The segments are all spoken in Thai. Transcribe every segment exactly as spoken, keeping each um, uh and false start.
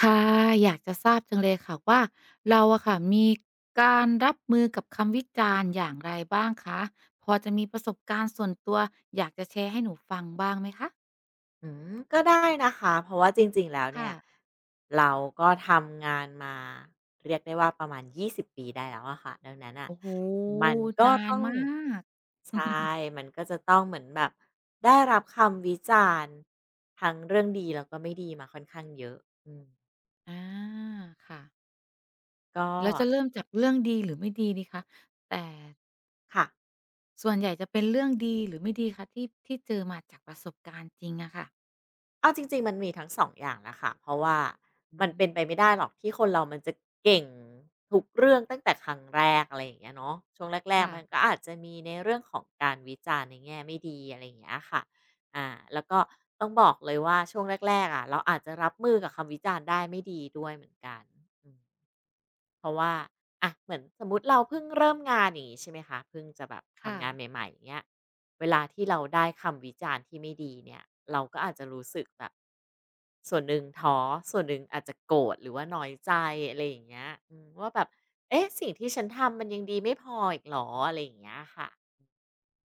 ค่ะอยากจะทราบจังเลยค่ะว่าเราอะค่ะมีการรับมือกับคำวิจารณ์อย่างไรบ้างคะพอจะมีประสบการณ์ส่วนตัวอยากจะแชร์ให้หนูฟังบ้างไหมคะอืมก็ได้นะคะเพราะว่าจริงๆแล้วเนี่ค่ะยเราก็ทำงานมาเรียกได้ว่าประมาณยี่สิบปีได้แล้วอะค่ะดังนั้นน่ะโอ้โฮมันก็นานต้องมากใช่มันก็จะต้องเหมือนแบบได้รับคำวิจารณ์ทั้งเรื่องดีแล้วก็ไม่ดีมาค่อนข้างเยอะอืมอาค่ะก็แล้วจะเริ่มจากเรื่องดีหรือไม่ดีดีคะแต่ค่ะ ส่วนใหญ่จะเป็นเรื่องดีหรือไม่ดีคะที่ที่เจอมาจากประสบการณ์จริงอะค่ะเอาจริงๆมันมีทั้งสององอย่างแหละค่ะเพราะว่ามันอืมเป็นไปไม่ได้หรอกที่คนเรามันจะเก่งทุกเรื่องตั้งแต่ครั้งแรกอะไรอย่างเงี้ยเนาะช่วงแรกๆมันค่ะก็อาจจะมีในเรื่องของการวิจารณ์ในแง่ไม่ดีอะไรอย่างเงี้ยค่ะอ่าแล้วก็ต้องบอกเลยว่าช่วงแรกๆอะเราอาจจะรับมือกับคำวิจารณ์ได้ไม่ดีด้วยเหมือนกันอืม เพราะว่าอะเหมือนสมมุติเราเพิ่งเริ่มงานอย่างงี้ใช่ไหมคะเพิ่งจะแบบค่ะ ทำงานใหม่ๆอย่างเงี้ยเวลาที่เราได้คำวิจารณ์ที่ไม่ดีเนี่ยเราก็อาจจะรู้สึกแบบส่วนหนึ่งท้อส่วนหนึ่งอาจจะโกรธหรือว่าน้อยใจอะไรอย่างเงี้ยอืมว่าแบบเอ๊ะสิ่งที่ฉันทำมันยังดีไม่พออีกเหรออะไรอย่างเงี้ยค่ะ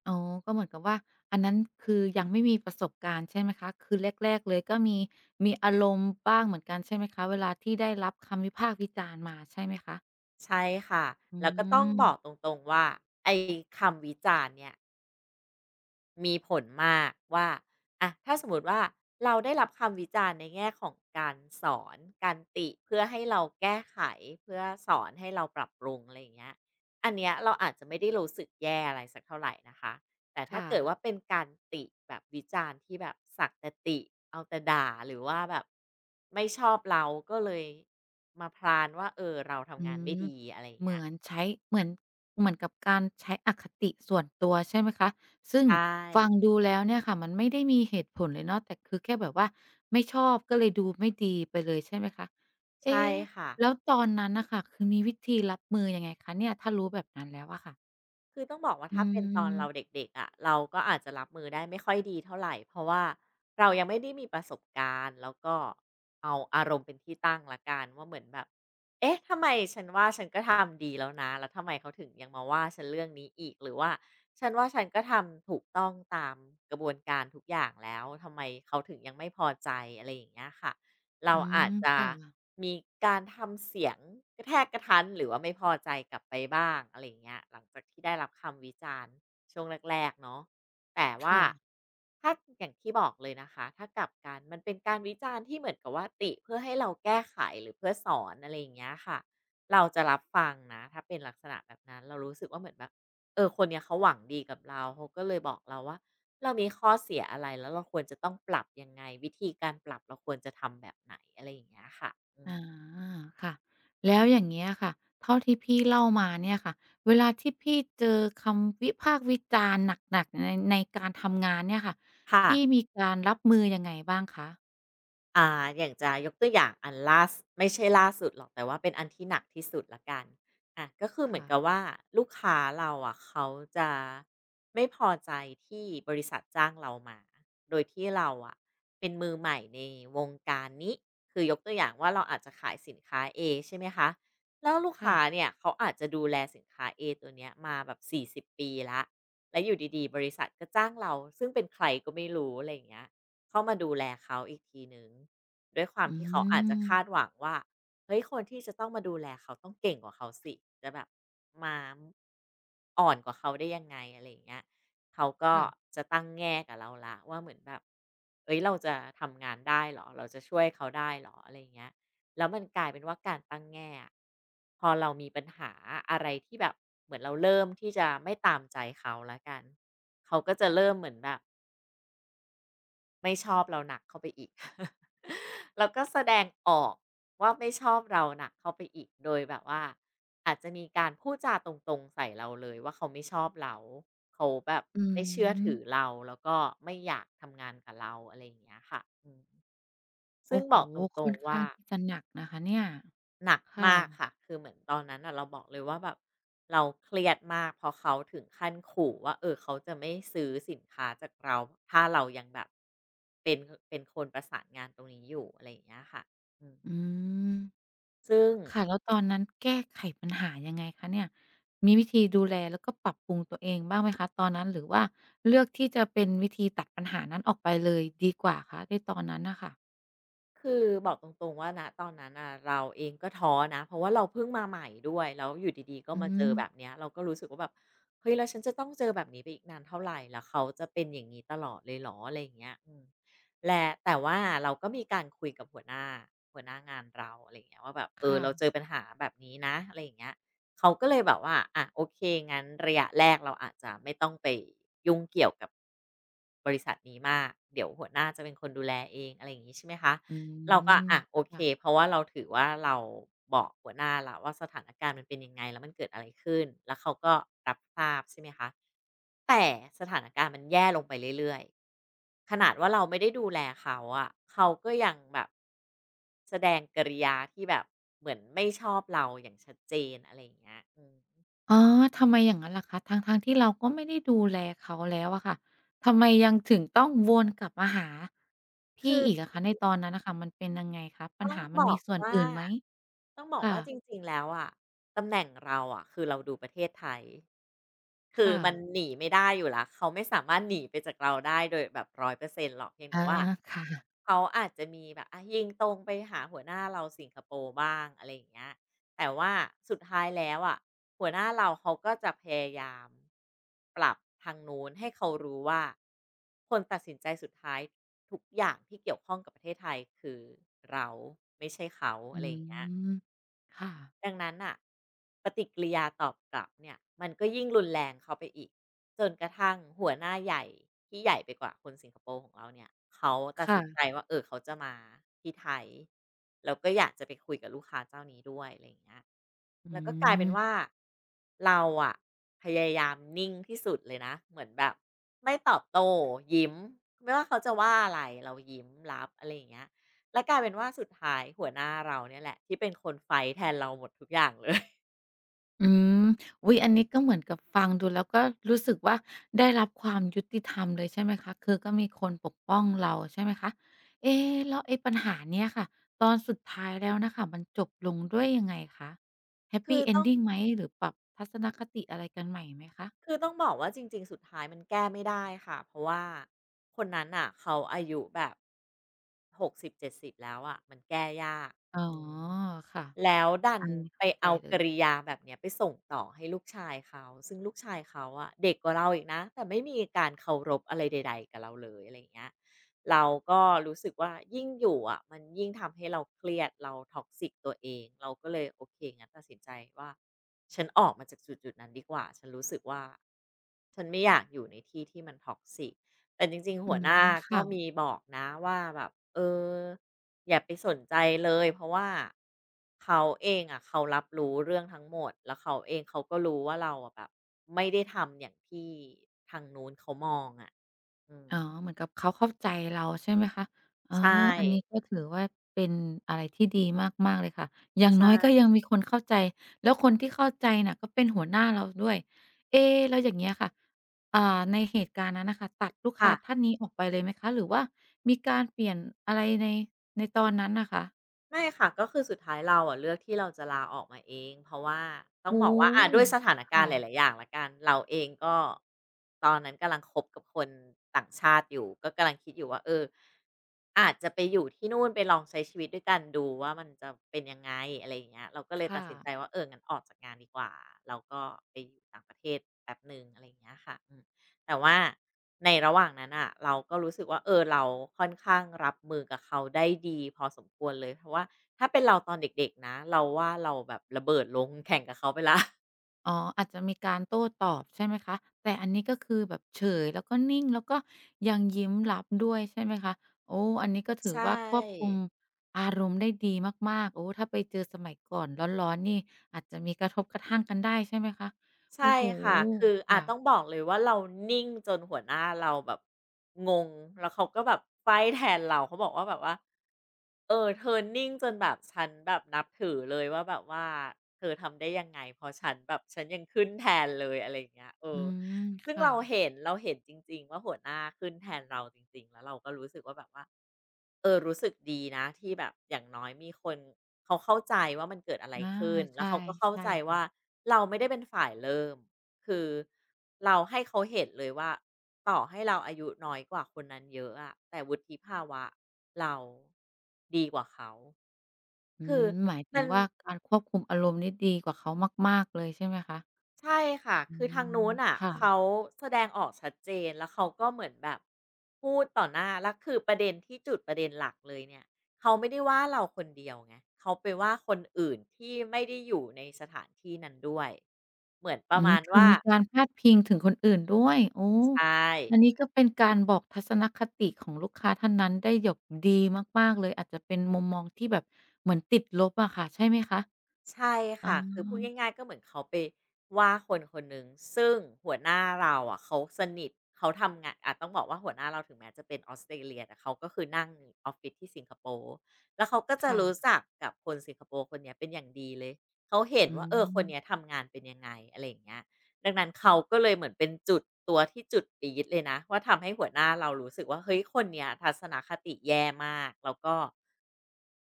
อ๋อก็เหมือนกับว่าอันนั้นคือยังไม่มีประสบการณ์ใช่ไหมคะคือแรกๆเลยก็มีมีอารมณ์บ้างเหมือนกันใช่ไหมคะเวลาที่ได้รับคำวิพากษ์วิจารณ์มาใช่ไหมคะใช่ค่ะอืแล้วก็ต้องบอกตมรงๆว่าไอ้คำวิจารณ์เนี่ย มีผลมากว่าอะถ้าสมมุติว่าเราได้รับคำวิจารณ์ในแง่ของการสอนการติเพื่อให้เราแก้ไขเพื่อสอนให้เราปรับปรุงอะไรอย่างเงี้ยอันเนี้ยเราอาจจะไม่ได้รู้สึกแย่อะไรสักเท่าไหร่นะคะแต่ถ้าค่ะ เกิดว่าเป็นการติแบบวิจารณ์ที่แบบสักแต่ติเอาแต่ด่าหรือว่าแบบไม่ชอบเราก็เลยมาพลานว่าเออเราอืทำงานไม่มดีอะไรอย่างเหเงี้มืยอนใช้เหมือนเหมือนกับการใช้อคติส่วนตัวใช่ไหมคะซึ่งใช่ฟังดูแล้วเนี่ยค่ะมันไม่ได้มีเหตุผลเลยเนาะแต่คือแค่แบบว่าไม่ชอบก็เลยดูไม่ดีไปเลยใช่ไหมคะเอ๊ใช่ค่ะ แล้วตอนนั้นน่ะค่ะคือมีวิธีรับมือยังไงคะเนี่ยถ้ารู้แบบนั้นแล้วอะค่ะคือต้องบอกว่าอืถ้าเป็นตอนเราเมด็กๆอะะเราก็อาจจะรับมือได้ไม่ค่อยดีเท่าไหรเพราะว่าเรายังไม่ได้มีประสบการณ์แล้วก็เอาอารมณ์เป็นที่ตั้งละกันว่าเหมือนแบบเอ๊ะทำไมฉันว่าฉันก็ทำดีแล้วนะแล้วทำไมเขาถึงยังมาว่าฉันเรื่องนี้อีกหรือว่าฉันว่าฉันก็ทำถูกต้องตามกระบวนการทุกอย่างแล้วทำไมเขาถึงยังไม่พอใจอะไรอย่างเงี้ยค่ะ เราอืมอาจจะค่ะมีการทำเสียงกระแทกกระทันหรือว่าไม่พอใจกลับไปบ้างอะไรอย่างเงี้ยหลังจากที่ได้รับคำวิจารณ์ช่วงแรกๆเนาะแต่ว่าค่ะ ถ้าอย่างที่บอกเลยนะคะถ้ากลับกันมันเป็นการวิจารณ์ที่เหมือนกับว่าติเพื่อให้เราแก้ไขหรือเพื่อสอนอะไรอย่างเงี้ยค่ะเราจะรับฟังนะถ้าเป็นลักษณะแบบนั้นเรารู้สึกว่าเหมือนแบบเออคนเนี้ยเขาหวังดีกับเราเขาก็เลยบอกเราว่า เรามีข้อเสียอะไรแล้วเราควรจะต้องปรับยังไงวิธีการปรับเราควรจะทำแบบไหนอะไรอย่างเงี้ยค่ะอืมอาค่ะ แล้วอย่างเงี้ยค่ะ เท่าที่พี่เล่ามาเนี่ยค่ะเวลาที่พี่เจอคำวิพากษ์วิจารณ์หนักๆในในการทำงานเนี่ยค่ะ ค่ะ พี่มีการรับมือยังไงบ้างคะอ่าอย่างจะยกตัวอย่างอันล่าสไม่ใช่ล่าสุดหรอกแต่ว่าเป็นอันที่หนักที่สุดละกันอะก็คือเหมือนค่ะกับว่าลูกค้าเราอะเขาจะไม่พอใจที่บริษัทจ้างเรามาโดยที่เราอะเป็นมือใหม่ในวงการนี้คือยกตัวอย่างว่าเราอาจจะขายสินค้า A ใช่ไหมคะแล้วลูกค่ะค้าเนี่ยเขาอาจจะดูแลสินค้า A ตัวเนี้ยมาแบบสี่สิบปีละและอยู่ดีๆบริษัทก็จ้างเราซึ่งเป็นใครก็ไม่รู้อะไรอย่างเงี้ย เข้ามาดูแลเขาอีกทีหนึง่งด้วยความอืที่เขาอาจจะคาดมหวังว่าเฮ้ยคนที่จะต้องมาดูแลเขาต้องเก่งกว่าเขาสิจะแบบมาอ่อนกว่าเขาได้ยังไงอะไรอย่างเงี้ยเขาก็ค่ะจะตั้งแง่กับเราละว่าเหมือนแบบเอ้ยเราจะทำงานได้เหรอเราจะช่วยเขาได้เหรออะไรอย่างเงี้ยแล้วมันกลายเป็นว่าการตั้งแง่อะพอเรามีปัญหาอะไรที่แบบเหมือนเราเริ่มที่จะไม่ตามใจเขาแล้วกันเขาก็จะเริ่มเหมือนแบบ ไม่ชอบเราหนักเข้าไปอีก แล้วก็แสดงออกว่าไม่ชอบเราหนักเข้าไปอีกโดยแบบว่าอาจจะมีการพูดจาตรงๆใส่เราเลยว่าเขาไม่ชอบเราเขาแบบอืไม่เชื่อถือมเราแล้วก็ไม่อยากทำงานกับเราอะไรอย่างเงี้ยค่ะอืมซึ่งโอ้โฮบอกตรค่องนๆข้าว่า งที่จะหนักนะคะเนี่ยหนักค่ะมากค่ะ คือเหมือนตอนนั้นน่ะเราบอกเลยว่าแบบเราเครียดมากเพราะเขาถึงขั้นขู่ว่าเออเขาจะไม่ซื้อสินค้าจากเราถ้าเรายังแบบเป็นเป็นคนประสานงานตรงนี้อยู่อะไรอย่างเงี้ยค่ะอืมอืม ซึ่ง ค่ะแล้วตอนนั้นแก้ไขปัญหายังไงคะเนี่ยมีวิธีดูแลแล้วก็ปรับปรุงตัวเองบ้างไหมคะตอนนั้นหรือว่าเลือกที่จะเป็นวิธีตัดปัญหานั้นออกไปเลยดีกว่าคะในตอนนั้นน่ะค่ะคือบอกตรงๆว่าณตอนนั้นอ่ะเราเองก็ท้อนะเพราะว่าเราเพิ่งมาใหม่ด้วยแล้วอยู่ดีๆก็อืมาเจมอแบบเนี้ยเราก็รู้สึกว่าแบบเฮ้ยแล้วฉันจะต้องเจอแบบนี้ไปอีกนานเท่าไหร่แล้วเขาจะเป็นอย่างนี้ตลอดเลยเหรออะไรอย่างเงี้ยอืมและแต่ว่าเราก็มีการคุยกับหัวหน้าหัวหน้างานเราอะไรอย่างเงี้ยว่าแบบเออค่ะเราเจอปัญหาแบบนี้นะอะไรอย่างเงี้ยเขาก็เลยแบบว่าอะโอเคงั้นระยะแรกเราอาจจะไม่ต้องไปยุ่งเกี่ยวกับบริษัทนี้มากเดี๋ยวหัวหน้าจะเป็นคนดูแลเองอะไรอย่างงี้ใช่ไหมคะ อืเราก็มอ่ะโอเคค่ะเพราะว่าเราถือว่าเราบอกหัวหน้าละว่าสถานการณ์มันเป็นยังไงแล้วมันเกิดอะไรขึ้นแล้วเขาก็รับทราบใช่ไหมคะแต่สถานการณ์มันแย่ลงไปเรื่อยๆขนาดว่าเราไม่ได้ดูแลเขาอะเขาก็ยังแบบแสดงกิริยาที่แบบเหมือนไม่ชอบเราอย่างชัดเจนอะไรอย่างเงี้ยอืมอ๋อทำไมอย่างงั้นล่ะคะทั้งๆที่เราก็ไม่ได้ดูแลเขาแล้วอะค่ะทำไมยังถึงต้องวนกลับมาหาพี่คือ อีกอะคะในตอนนั้นน่ะค่ะมันเป็นยังไงคะปัญต้องหาบมันอมีกส่วนว่าอื่นไหมต้องบอกค่ะว่าจริงๆแล้วอะตำแหน่งเราอะคือเราดูประเทศไทยคือค่ะมันหนีไม่ได้อยู่แล้วเขาไม่สามารถหนีไปจากเราได้โดยแบบร้อยเปอร์เซ็นต์หรอกเพียงแต่อาว่าค่ะ เขาอาจจะมีแบบอะยิงตรงไปหาหัวหน้าเราสิงคโปร์บ้างอะไรอย่างเงี้ยแต่ว่าสุดท้ายแล้วอะหัวหน้าเราเขาก็จะพยายามปรับทางนู้นให้เขารู้ว่าคนตัดสินใจสุดท้าย ทุกอย่างที่เกี่ยวข้องกับประเทศไทยคือเราไม่ใช่เขาอือะไรอย่างเงี้ย มค่ะดังนั้นน่ะปฏิกิริยาตอบกลับเนี่ยมันก็ยิ่งรุนแรงเข้าไปอีกจนกระทั่งหัวหน้าใหญ่ที่ใหญ่ไปกว่าคนสิงคโปร์ของเราเนี่ยเขาตัดค่ะสินใจว่าเออเขาจะมาที่ไทยแล้วก็อยากจะไปคุยกับลูกค้าเจ้านี้ด้วยอะไรอย่างเงี้ยอืแล้วก็กลายเป็มนว่าเราอะพยายามนิ่งที่สุดเลยนะเหมือนแบบไม่ตอบโต้ยิ้มไม่ว่าเขาจะว่าอะไรเรายิ้มรับอะไรอย่างเงี้ย แล้วกลายเป็นว่าสุดท้ายหัวหน้าเราเนี่ยแหละที่เป็นคนไฟท์แทนเราหมดทุกอย่างเลย อืมอุ๊ยอันนี้ก็เหมือนกับฟังดูแล้วก็รู้สึกว่าได้รับความยุติธรรมเลยใช่ไหมคะ คือก็มีคนปกป้องเราใช่ไหมคะเอ๊แล้วไอ้ปัญหาเนี้ยค่ะ ตอนสุดท้ายแล้วน่ะค่ะมันจบลงด้วยยังไงคะแฮปคืปีอเอนต้อง ดิงไหมหรือปรับทัศนคติอะไรกันใหม่ไหมคะ คือต้องบอกว่าจริงๆสุดท้ายมันแก้ไม่ได้ค่ะเพราะว่าคนนั้นน่ะเขาอายุแบบหกสิบเจ็ดสิบแล้วอะมันแก้ยากอ๋ออืมค่ะ แล้วดันอันนี้ไปเข้าใจเอาเลกยริยาแบบเนี้ยไปส่งต่อให้ลูกชายเขาซึ่งลูกชายเขาอะเด็กกว่าเราอีกนะแต่ไม่มีการเคารพอะไรใดๆกับเราเลยอะไรอย่างเงี้ยเราก็รู้สึกว่ายิ่งอยู่อะมันยิ่งทำให้เราเครียดเราท็อกซ i กตัวเองเราก็เลยโอเคงั้นตัดสินใจว่า ฉันออกมาจากจุดๆนั้นดีกว่าฉันรู้สึกว่าฉันไม่อยากอยู่ในที่ที่มัน toxic แต่จริงๆอืหัวหมน้าก็ค่ะ มีบอกนะว่าแบบเอออย่าไปสนใจเลยเพราะว่าเขาเองอะเขารับรู้เรื่องทั้งหมดแล้วเขาเองเขาก็รู้ว่าเราอะแบบไม่ได้ทำอย่างที่ทางนู้นเขามองอะอือ๋มอเหมือนกับเขาเข้าใจเราใช่ไหมคะอ๋อใช่อันนี้ก็ถือว่าเป็นอะไรที่ดีมากๆเลยค่ะอย่างใช่น้อยก็ยังมีคนเข้าใจแล้วคนที่เข้าใจน่ะก็เป็นหัวหน้าเราด้วยเอ๊แล้วอย่างเงี้ยค่ะอ่าในเหตุการณ์นั้นน่ะค่ะตัดลูกค่ะ ค้าท่านนี้ออกไปเลยไหมคะหรือว่ามีการเปลี่ยนอะไรในในตอนนั้นน่ะคะไม่ค่ะก็คือสุดท้ายเราอะเลือกที่เราจะลาออกมาเองเพราะว่าต้องโอ้บอกโฮว่าอ่าด้วยสถานการค่ะณ์หลายๆอย่างละกันเราเองก็ตอนนั้นกำลังคบกับคนต่างชาติอยู่ก็กำลังคิดอยู่ว่าเอออาจจะไปอยู่ที่นู่นไปลองใช้ชีวิตด้วยกันดูว่ามันจะเป็นยังไงอะไรอย่างเงี้ยเราก็เลยตัดค่ะ สินใจว่าเอองั้นออกจากงานดีกว่าแล้วก็ไปอยู่ต่างประเทศแป๊บหนึ่งอะไรอย่างเงี้ยค่ะ แต่ว่าในระหว่างนั้นอะเราก็รู้สึกว่าเออเราค่อนข้างรับมือกับเขาได้ดีพอสมควรเลยเพราะว่าถ้าเป็นเราตอนเด็กๆนะเราว่าเราแบบระเบิดลงแข่งกับเขาไปแล้วอ๋ออาจจะมีการโต้ตอบใช่ไหมคะแต่อันนี้ก็คือแบบเฉยแล้วก็นิ่งแล้วก็ยังยิ้มรับด้วยใช่ไหมคะโอ้อันนี้ก็ถืใชอว่าควบคุ่มอารมณ์ได้ดีมากๆโอ้ถ้าไปเจอสมัยก่อนร้อนๆนี่อาจจะมีกระทบกระทั่งกันได้ใช่ไหมคะโอ้ใช่โฮค่ะคืออาจต้องบค่ะอกเลยว่าเรานิ่งจนหัวหน้าเราแบบงงแล้วเขาก็แบบไฟ้แทนเราเขาบอกว่าแบบว่าเออเธอนิ่งจนแบบฉันแบบนับถือเลยว่าแบบว่าเธอทำได้ยังไงเพราะฉันแบบฉันยังขึ้นแทนเลยอะไรอย่างเงี้ยเออือ มซึ่งค่ะเราเห็นเราเห็นจริงๆว่าหัวหน้าขึ้นแทนเราจริงๆแล้วเราก็รู้สึกว่าแบบว่าเออรู้สึกดีนะที่แบบอย่างน้อยมีคนเขาเข้าใจว่ามันเกิดอะไรอาขึ้นแล้วใช่เขาก็เข้าใช่ใจว่าค่ะเราไม่ได้เป็นฝ่ายเริ่มคือเราให้เขาเห็นเลยว่าต่อให้เราอายุน้อยกว่าคนนั้นเยอะอะแต่วุฒิภาวะเราดีกว่าเขาอืคือมหมายถึมังน ว่าการควบคุมอารมณ์นี่ดีกว่าเขามากๆเลยใช่ไหมคะใช่ค่ะอืคือทางมนู้นอ่ะเขาค่ะ แสดงออกชัดเจนแล้วเขาก็เหมือนแบบพูดต่อหน้า แล้วคือประเด็นที่จุดประเด็นหลักเลยเนี่ยเขาไม่ได้ว่าเราคนเดียวไงเขาไปว่าคนอื่นที่ไม่ได้อยู่ในสถานที่นั้นด้วย เหมือนปอืระมมาณคือว่ามีการพาดพิงถึงคนอื่นด้วยโอ้ใช่ อันนี้ก็เป็นการบอกทัศนคติของลูกค้าท่านนั้นได้หยบดีมากๆเลยอาจจะเป็นมุมมองที่แบบเหมือนติดลบอะค่ะใช่ไหมคะใช่อ๋อค่ะคือพูดง่ายๆก็เหมือนเขาไปว่าคนคนหนึ่งซึ่งหัวหน้าเราอะเขาสนิทเขาทำงานอะต้องบอกว่าหัวหน้าเราถึงแม้จะเป็นออสเตรเลียแต่เขาก็คือนั่งออฟฟิศที่สิงคโปร์แล้วเขาก็จะค่ะรู้จักกับคนสิงคโปร์คนเนี้ยเป็นอย่างดีเลยเขาเห็นอืว่าเออคนเนี้ยมทำงานเป็นยังไงอะไรอย่างเงี้ย ดังนั้นเขาก็เลยเหมือนเป็นจุดตัวที่จุดปี๊ดเลยนะว่าทำให้หัวหน้าเรารู้สึกว่าเฮ้ยคนเนี้ยทัศนคติแย่มากแล้วก็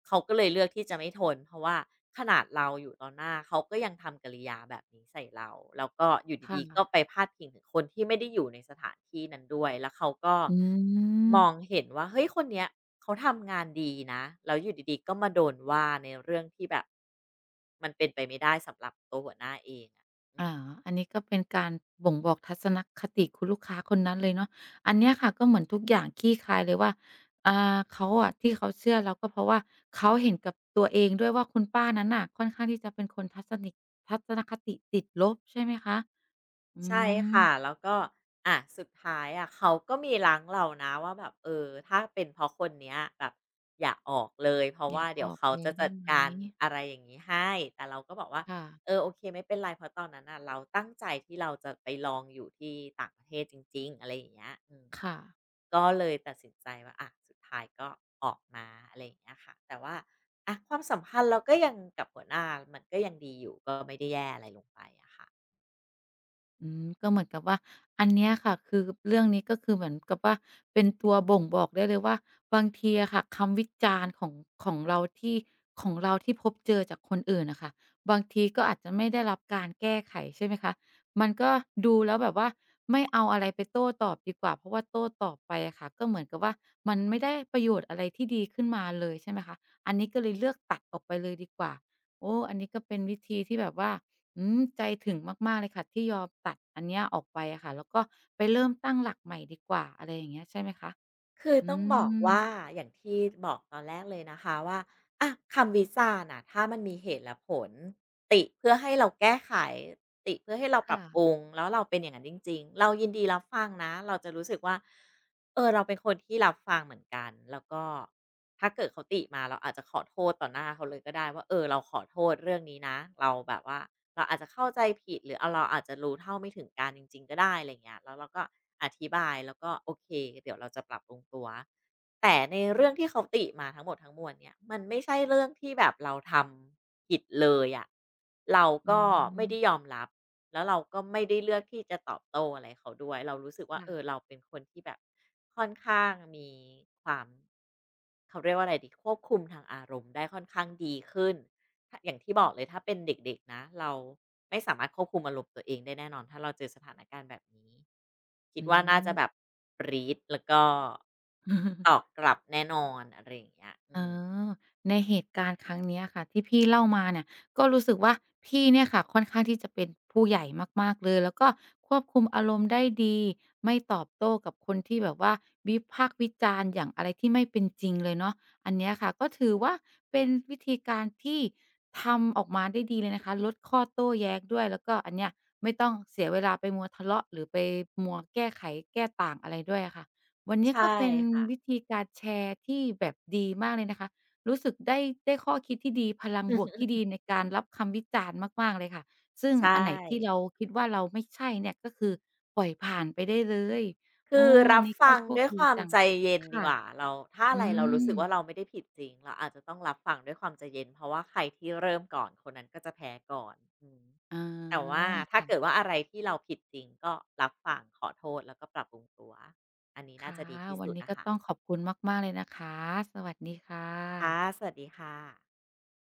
เขาก็เลยเลือกที่จะไม่ทนเพราะว่าขนาดเราอยู่ต่อหน้าเขาก็ยังทำกิริยาแบบนี้ใส่เราแล้วก็อยู่ค่ะดีๆก็ไปพาดพิงถึงคนที่ไม่ได้อยู่ในสถานที่นั้นด้วยแล้วเขาก็อืมองม เห็นว่าเฮ้ยคนเนี้ยเขาทำงานดีนะแล้วอยู่ดีๆก็มาโดนว่าในเรื่องที่แบบมันเป็นไปไม่ได้สำหรับตัวหัวหน้าเองอะอือ๋อม อันนี้ก็เป็นการบ่งบอกทัศนคติคุณลูกค้าคนนั้นเลยเนาะอันเนี้ยค่ะก็เหมือนทุกอย่างคลี่คลายเลยว่าอ่าเขาอะที่เขาเชื่อเราก็เพราะว่าเขาเห็นกับตัวเองด้วยว่าคุณป้านั้นน่ะค่อนข้างที่จะเป็นคนทัศนิกทัศนคติติดลบใช่ไหมคะ อืใช่ค่ะมแล้วก็อ่ะสุดท้ายอะเขาก็มีรัางเรานะว่าแบบเออถ้าเป็นเพราะคนเนี้ยแบบอย่าออกเลยเพราะเนี่ยว่าอเดี๋ยวอกเขาเลจะยได้จัดไหมการอะไรอย่างนี้ให้แต่เราก็บอกว่าค่ะเออโอเคไม่เป็นไรเพราะตอนนั้นน่ะเราตั้งใจที่เราจะไปลองอยู่ที่ต่างประเทศจริงๆอะไรอย่างเงี้ยอืมค่ะ ก็เลยตัดสินใจว่าอ่ะสุดท้ายก็ออกมาอะไรอย่างเงี้ยค่ะแต่ว่าอะความสัมพันธ์เราก็ยังกับหัวหน้ามันก็ยังดีอยู่ก็ไม่ได้แย่อะไรลงไปอะค่ะ อืมก็เหมือนกับว่าอันเนี้ยค่ะคือเรื่องนี้ก็คือเหมือนกับว่าเป็นตัวบ่งบอกได้เลยว่าบางทีอะค่ะคำวิจารณ์ของของเราที่ของเราที่พบเจอจากคนอื่นน่ะค่ะบางทีก็อาจจะไม่ได้รับการแก้ไขใช่ไหมคะมันก็ดูแล้วแบบว่าไม่เอาอะไรไปโต้ตอบดีกว่าเพราะว่าโต้ตอบไปอะค่ะก็เหมือนกับว่ามันไม่ได้ประโยชน์อะไรที่ดีขึ้นมาเลยใช่ไหมคะอันนี้ก็เลยเลือกตัดออกไปเลยดีกว่าโอ้อันนี้ก็เป็นวิธีที่แบบว่า อืมใจถึงมากๆเลยค่ะที่ยอมตัดอันเนี้ยออกไปอะค่ะแล้วก็ไปเริ่มตั้งหลักใหม่ดีกว่าอะไรอย่างเงี้ยใช่ไหมคะ คืออืต้องบอกม ว่าอย่างที่บอกตอนแรกเลยนะคะว่าอ่ะคำวซ่าน่ะถ้ามันมีเหตุและผลติเพื่อให้เราแก้ไขติเพื่อให้เราปรัค่ะ บปรุงแล้วเราเป็นอย่างนั้นจริงๆเรายินดีรับฟังนะเราจะรู้สึกว่าเออเราเป็นคนที่รับฟังเหมือนกันแล้วก็ถ้าเกิดเขาติมาเราอาจจะขอโทษต่อหน้าเขาเลยก็ได้ว่าเออเราขอโทษเรื่องนี้นะเราแบบว่า เราอาจจะเข้าใจผิดหรือเราอาจจะรู้เท่าไม่ถึงการจริงๆก็ได้อะไรอเงี้ยแล้วเราก็อธิบายแล้วก็โอเคเดี๋ยวเราจะปรับปรุงตัวแต่ในเรื่องที่เขาติมาทั้งหมดทั้งมวลเนี่ยมันไม่ใช่เรื่องที่แบบเราทำผิดเลยอะเราอืก็ไม่ม ได้ยอมรับแล้วเราก็ไม่ได้เลือกที่จะตอบโต้อะไรเขาด้วยเรารู้สึกว่าค่ะ เออเราเป็นคนที่แบบค่อนข้างมีความเขาเรียกว่าอะไรดีควบคุมทางอารมณ์ได้ค่อนข้างดีขึ้น ถ้าอย่างที่บอกเลยถ้าเป็นเด็กๆนะเราไม่สามารถควบคุมอารมณ์ตัวเองได้แน่นอนถ้าเราเจอสถานการณ์แบบนี้คิดอืว่าน่าจะแบบม ปรี๊ดแล้วก็ตอบกลับแน่นอนอะไรอย่างเงี้ยอือ๋มอในเหตุการณ์ครั้งเนี้ยค่ะที่พี่เล่ามาเนี่ยก็รู้สึกว่าพี่เนี่ยค่ะค่อนข้างที่จะเป็นผู้ใหญ่มากๆเลยแล้วก็ควบคุมอารมณ์ได้ดีไม่ตอบโต้กับคนที่แบบว่าวิพากษ์วิจารณ์อย่างอะไรที่ไม่เป็นจริงเลยเนาะอันเนี้ยค่ะก็ถือว่าเป็นวิธีการที่ทำออกมาได้ดีเลยนะคะลดข้อโต้แย้งด้วยแล้วก็อันเนี้ยไม่ต้องเสียเวลาไปมัวทะเลาะหรือไปมัวแก้ไขแก้ต่างอะไรด้วยอะค่ะ วันนี้ใช่ก็เป็นค่ะ วิธีการแชร์ที่แบบดีมากเลยนะคะรู้สึกได้ได้ข้อคิดที่ดีพลังบวกที่ ดีในการรับคำวิจารณ์มากๆเลยค่ะซึ่งใช่ อันไหนที่เราคิดว่าเราไม่ใช่เนี่ยก็คือปล่อยผ่านไปได้เลยโอ้คือวัรันบนี้ก็ฟังโชคด้วยคดีวามจังใจเย็นดีค่ะกว่าเราถ้าอือะไรเรารู้สึกว่าเรามไม่ได้ผิดจริงเราอาจจะต้องรับฟังด้วยความใจเย็นเพราะว่าใครที่เริ่มก่อนคนนั้นก็จะแพ้ก่อนอืมอ๋อแต่ว่าถ้าเกิดค่ะว่าอะไรที่เราผิดจริงก็รับฟังขอโทษแล้วก็ปรับปรุงตัวอันนี้น่าจะค่ะดีที่วัสุนดนี้อะก็ค่ะต้องขอบคุณมากๆเลยนะคะสวัสดีค่ะค่ะสวัสดีค่ะ